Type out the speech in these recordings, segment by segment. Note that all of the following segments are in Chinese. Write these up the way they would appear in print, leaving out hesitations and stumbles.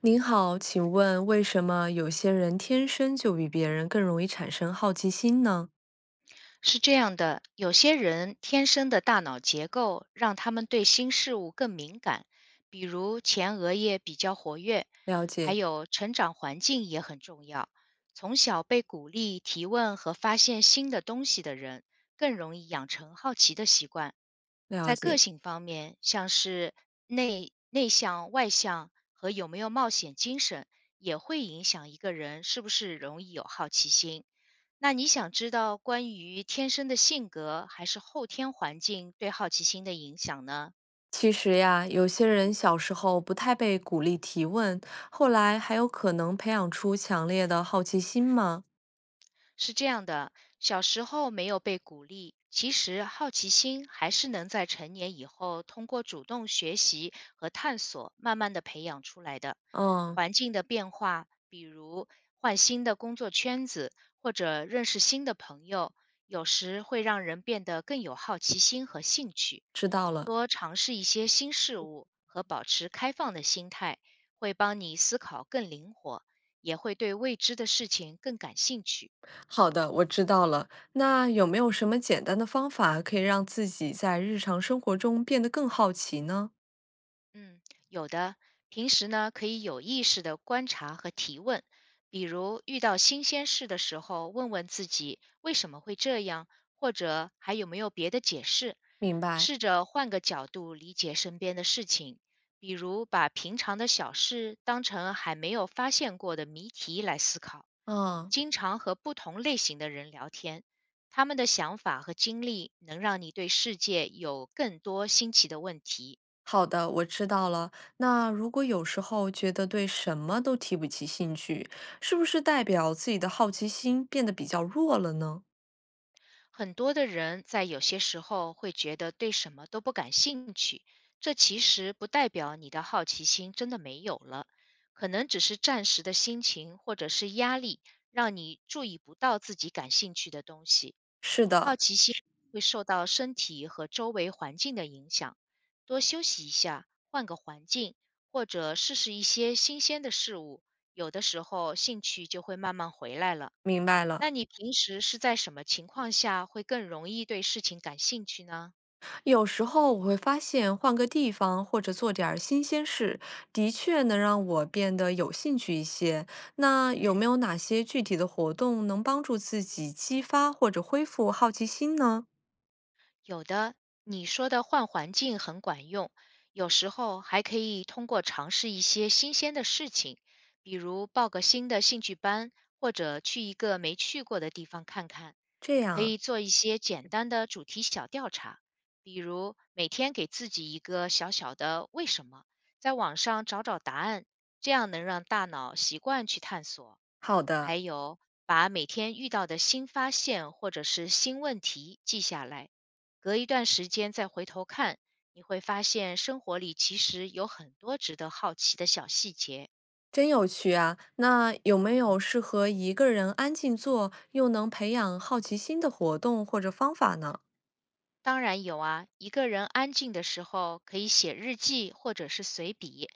您好，请问为什么有些人天生就比别人更容易产生好奇心呢？是这样的，有些人天生的大脑结构让他们对新事物更敏感，比如前额叶比较活跃，了还解，有成长环境也很重要。从小被鼓励提问和发现新的东西的人，更容易养成好奇的习惯。在了个解。性方面，像是内向、外向和有没有冒险精神，也会影响一个人是不是容易有好奇心。那你想知道关于天生的性格还是后天环境对好奇心的影响呢？其实呀，有些人小时候不太被鼓励提问，后来还有可能培养出强烈的好奇心吗？是这样的，小时候没有被鼓励，其实好奇心还是能在成年以后通过主动学习和探索，慢慢的培养出来的。嗯，环境的变化，比如换新的工作圈子或者认识新的朋友，有时会让人变得更有好奇心和兴趣。知道了。多尝试一些新事物和保持开放的心态，会帮你思考更灵活，也会对未知的事情更感兴趣。好的，我知道了。那有没有什么简单的方法可以让自己在日常生活中变得更好奇呢？嗯，有的。平时呢，可以有意识的观察和提问，比如遇到新鲜事的时候，问问自己为什么会这样，或者还有没有别的解释。明白。试着换个角度理解身边的事情，比如把平常的小事当成还没有发现过的谜题来思考。嗯。经常和不同类型的人聊天，他们的想法和经历能让你对世界有更多新奇的问题。好的，我知道了。那如果有时候觉得对什么都提不起兴趣，是不是代表自己的好奇心变得比较弱了呢？很多的人在有些时候会觉得对什么都不感兴趣，这其实不代表你的好奇心真的没有了，可能只是暂时的心情或者是压力让你注意不到自己感兴趣的东西。是好的，奇心会受到身体和周围环境的影响，多休息一下，换个环境，或者试试一些新鲜的事物，有的时候兴趣就会慢慢回来了。明白了。那你平时是在什么情况下会更容易对事情感兴趣呢？有时候我会发现，换个地方或者做点儿新鲜事，的确能让我变得有兴趣一些。那有没嗯，有哪些具体的活动能帮助自己激发或者恢复好奇心呢？有的，你说的换环境很管用，有时候还可以通过尝试一些新鲜的事情，比如报个新的兴趣班，或者去一个没去过的地方看看。这样可啊，以做一些简单的主题小调查，比如每天给自己一个小小的“为什么”，在网上找找答案，这样能让大脑习惯去探索。好还的。有，把每天遇到的新发现或者是新问题记下来，隔一段时间再回头看，你会发现生活里其实有很多值得好奇的小细节。真有趣啊！那有没有适合一个人安静做，又能培养好奇心的活动或者方法呢？当然有啊，一个人安静的时候，可以写日记或者是随笔，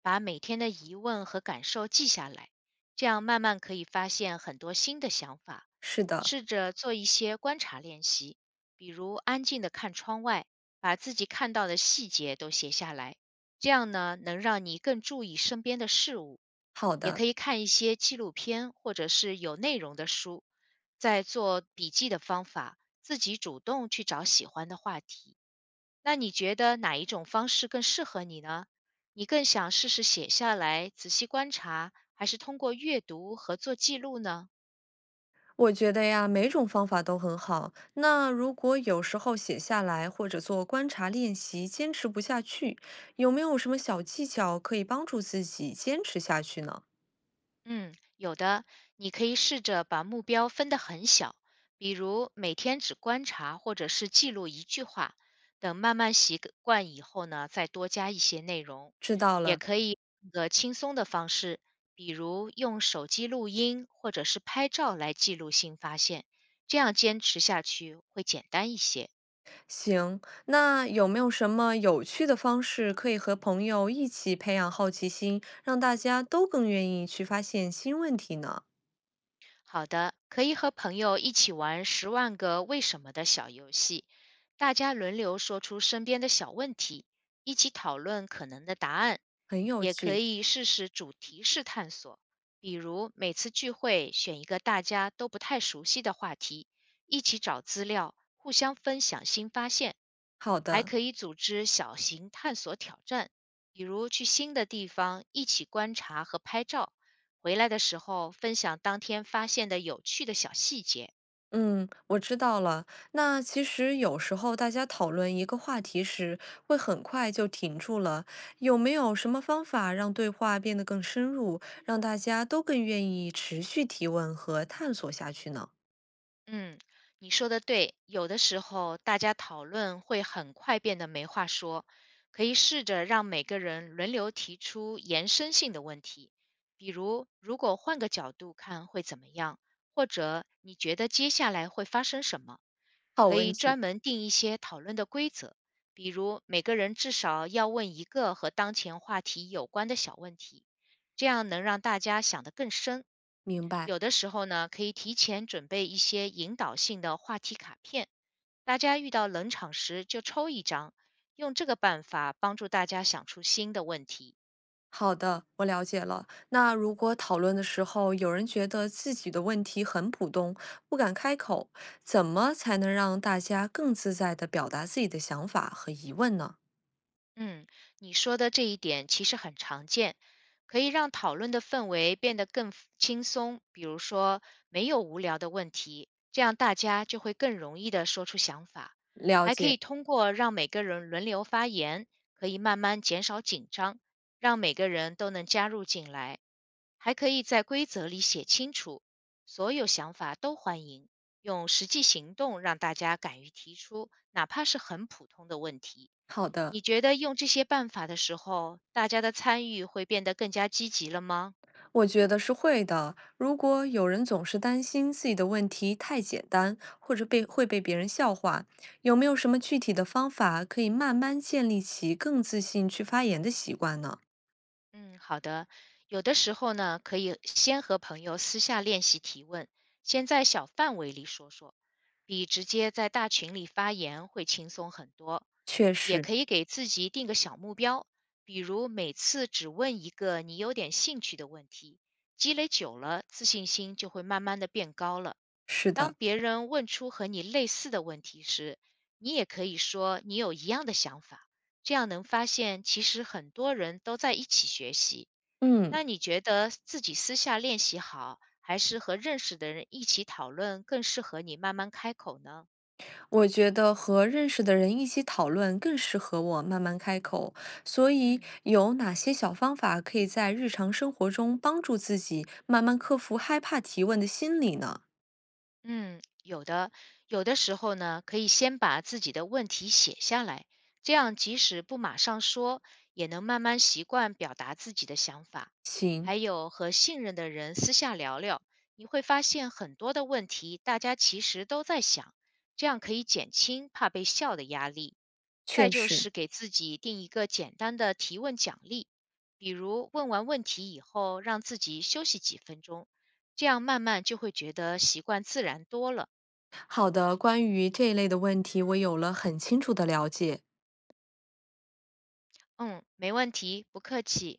把每天的疑问和感受记下来，这样慢慢可以发现很多新的想法。是的，试着做一些观察练习，比如安静的看窗外，把自己看到的细节都写下来，这样呢，能让你更注意身边的事物。好也的，可以看一些纪录片或者是有内容的书，在做笔记的方法。自己主动去找喜欢的话题。那你觉得哪一种方式更适合你呢？你更想试试写下来，仔细观察，还是通过阅读和做记录呢？我觉得呀，每种方法都很好。那如果有时候写下来或者做观察练习，坚持不下去，有没有什么小技巧可以帮助自己坚持下去呢？嗯，有的，你可以试着把目标分得很小，比如每天只观察或者是记录一句话，等慢慢习惯以后呢，再多加一些内容。知道也了。可以用个轻松的方式，比如用手机录音或者是拍照来记录新发现，这样坚持下去会简单一些。行，那有没有什么有趣的方式可以和朋友一起培养好奇心，让大家都更愿意去发现新问题呢？好的，可以和朋友一起玩《十万个为什么》的小游戏，大家轮流说出身边的小问题，一起讨论可能的答案。很有也可趣。以试试主题式探索，比如每次聚会选一个大家都不太熟悉的话题，一起找资料，互相分享新发现。好还的，可以组织小型探索挑战，比如去新的地方一起观察和拍照。回来的时候分享当天发现的有趣的小细节。嗯，我知道了。那其实有时候大家讨论一个话题时，会很快就停住了。有没有什么方法让对话变得更深入，让大家都更愿意持续提问和探索下去呢？嗯，你说的对，有的时候大家讨论会很快变得没话说，可以试着让每个人轮流提出延伸性的问题，比如如果换个角度看会怎么样，或者你觉得接下来会发生什么。好可以问题，专门定一些讨论的规则，比如每个人至少要问一个和当前话题有关的小问题，这样能让大家想得更深。明白。有的时候呢，可以提前准备一些引导性的话题卡片，大家遇到冷场时就抽一张，用这个办法帮助大家想出新的问题。好的，我了解了。那如果讨论的时候，有人觉得自己的问题很普通，不敢开口，怎么才能让大家更自在地表达自己的想法和疑问呢？嗯，你说的这一点其实很常见，可以让讨论的氛围变得更 轻松。比如说，没有无聊的问题，这样大家就会更容易的说出想法。了还可以解，通过让每个人轮流发言，可以慢慢减少紧张，让每个人都能加入进来。还可以在规则里写清楚，所有想法都欢迎，用实际行动让大家敢于提出，哪怕是很普通的问题。好的，你觉得用这些办法的时候，大家的参与会变得更加积极了吗？我觉得是会的。如果有人总是担心自己的问题太简单，或者被会被别人笑话，有没有什么具体的方法可以慢慢建立起更自信去发言的习惯呢？嗯，好的。有的时候呢，可以先和朋友私下练习提问，先在小范围里说说，比直接在大群里发言会轻松很多。确也实，可以给自己定个小目标，比如每次只问一个你有点兴趣的问题，积累久了，自信心就会慢慢的变高了。是当的，别人问出和你类似的问题时，你也可以说你有一样的想法，这样能发现其实很多人都在一起学习。嗯。那你觉得自己私下练习好，还是和认识的人一起讨论更适合你慢慢开口呢？我觉得和认识的人一起讨论更适合我慢慢开口，所以嗯有哪些小方法可以在日常生活中帮助自己慢慢克服害怕提问的心理呢？嗯，有的，有的时候呢，可以先把自己的问题写下来，这样即使不马上说，也能慢慢习惯表达自己的想法。行，还有和信任的人私下聊聊，你会发现很多的问题大家其实都在想，这样可以减轻怕被笑的压力。再确就实，是给自己定一个简单的提问奖励，比如问完问题以后，让自己休息几分钟。这样慢慢就会觉得习惯自然多了。好的。关于这一类的问题，我有了很清楚的了解。嗯，没问题，不客气。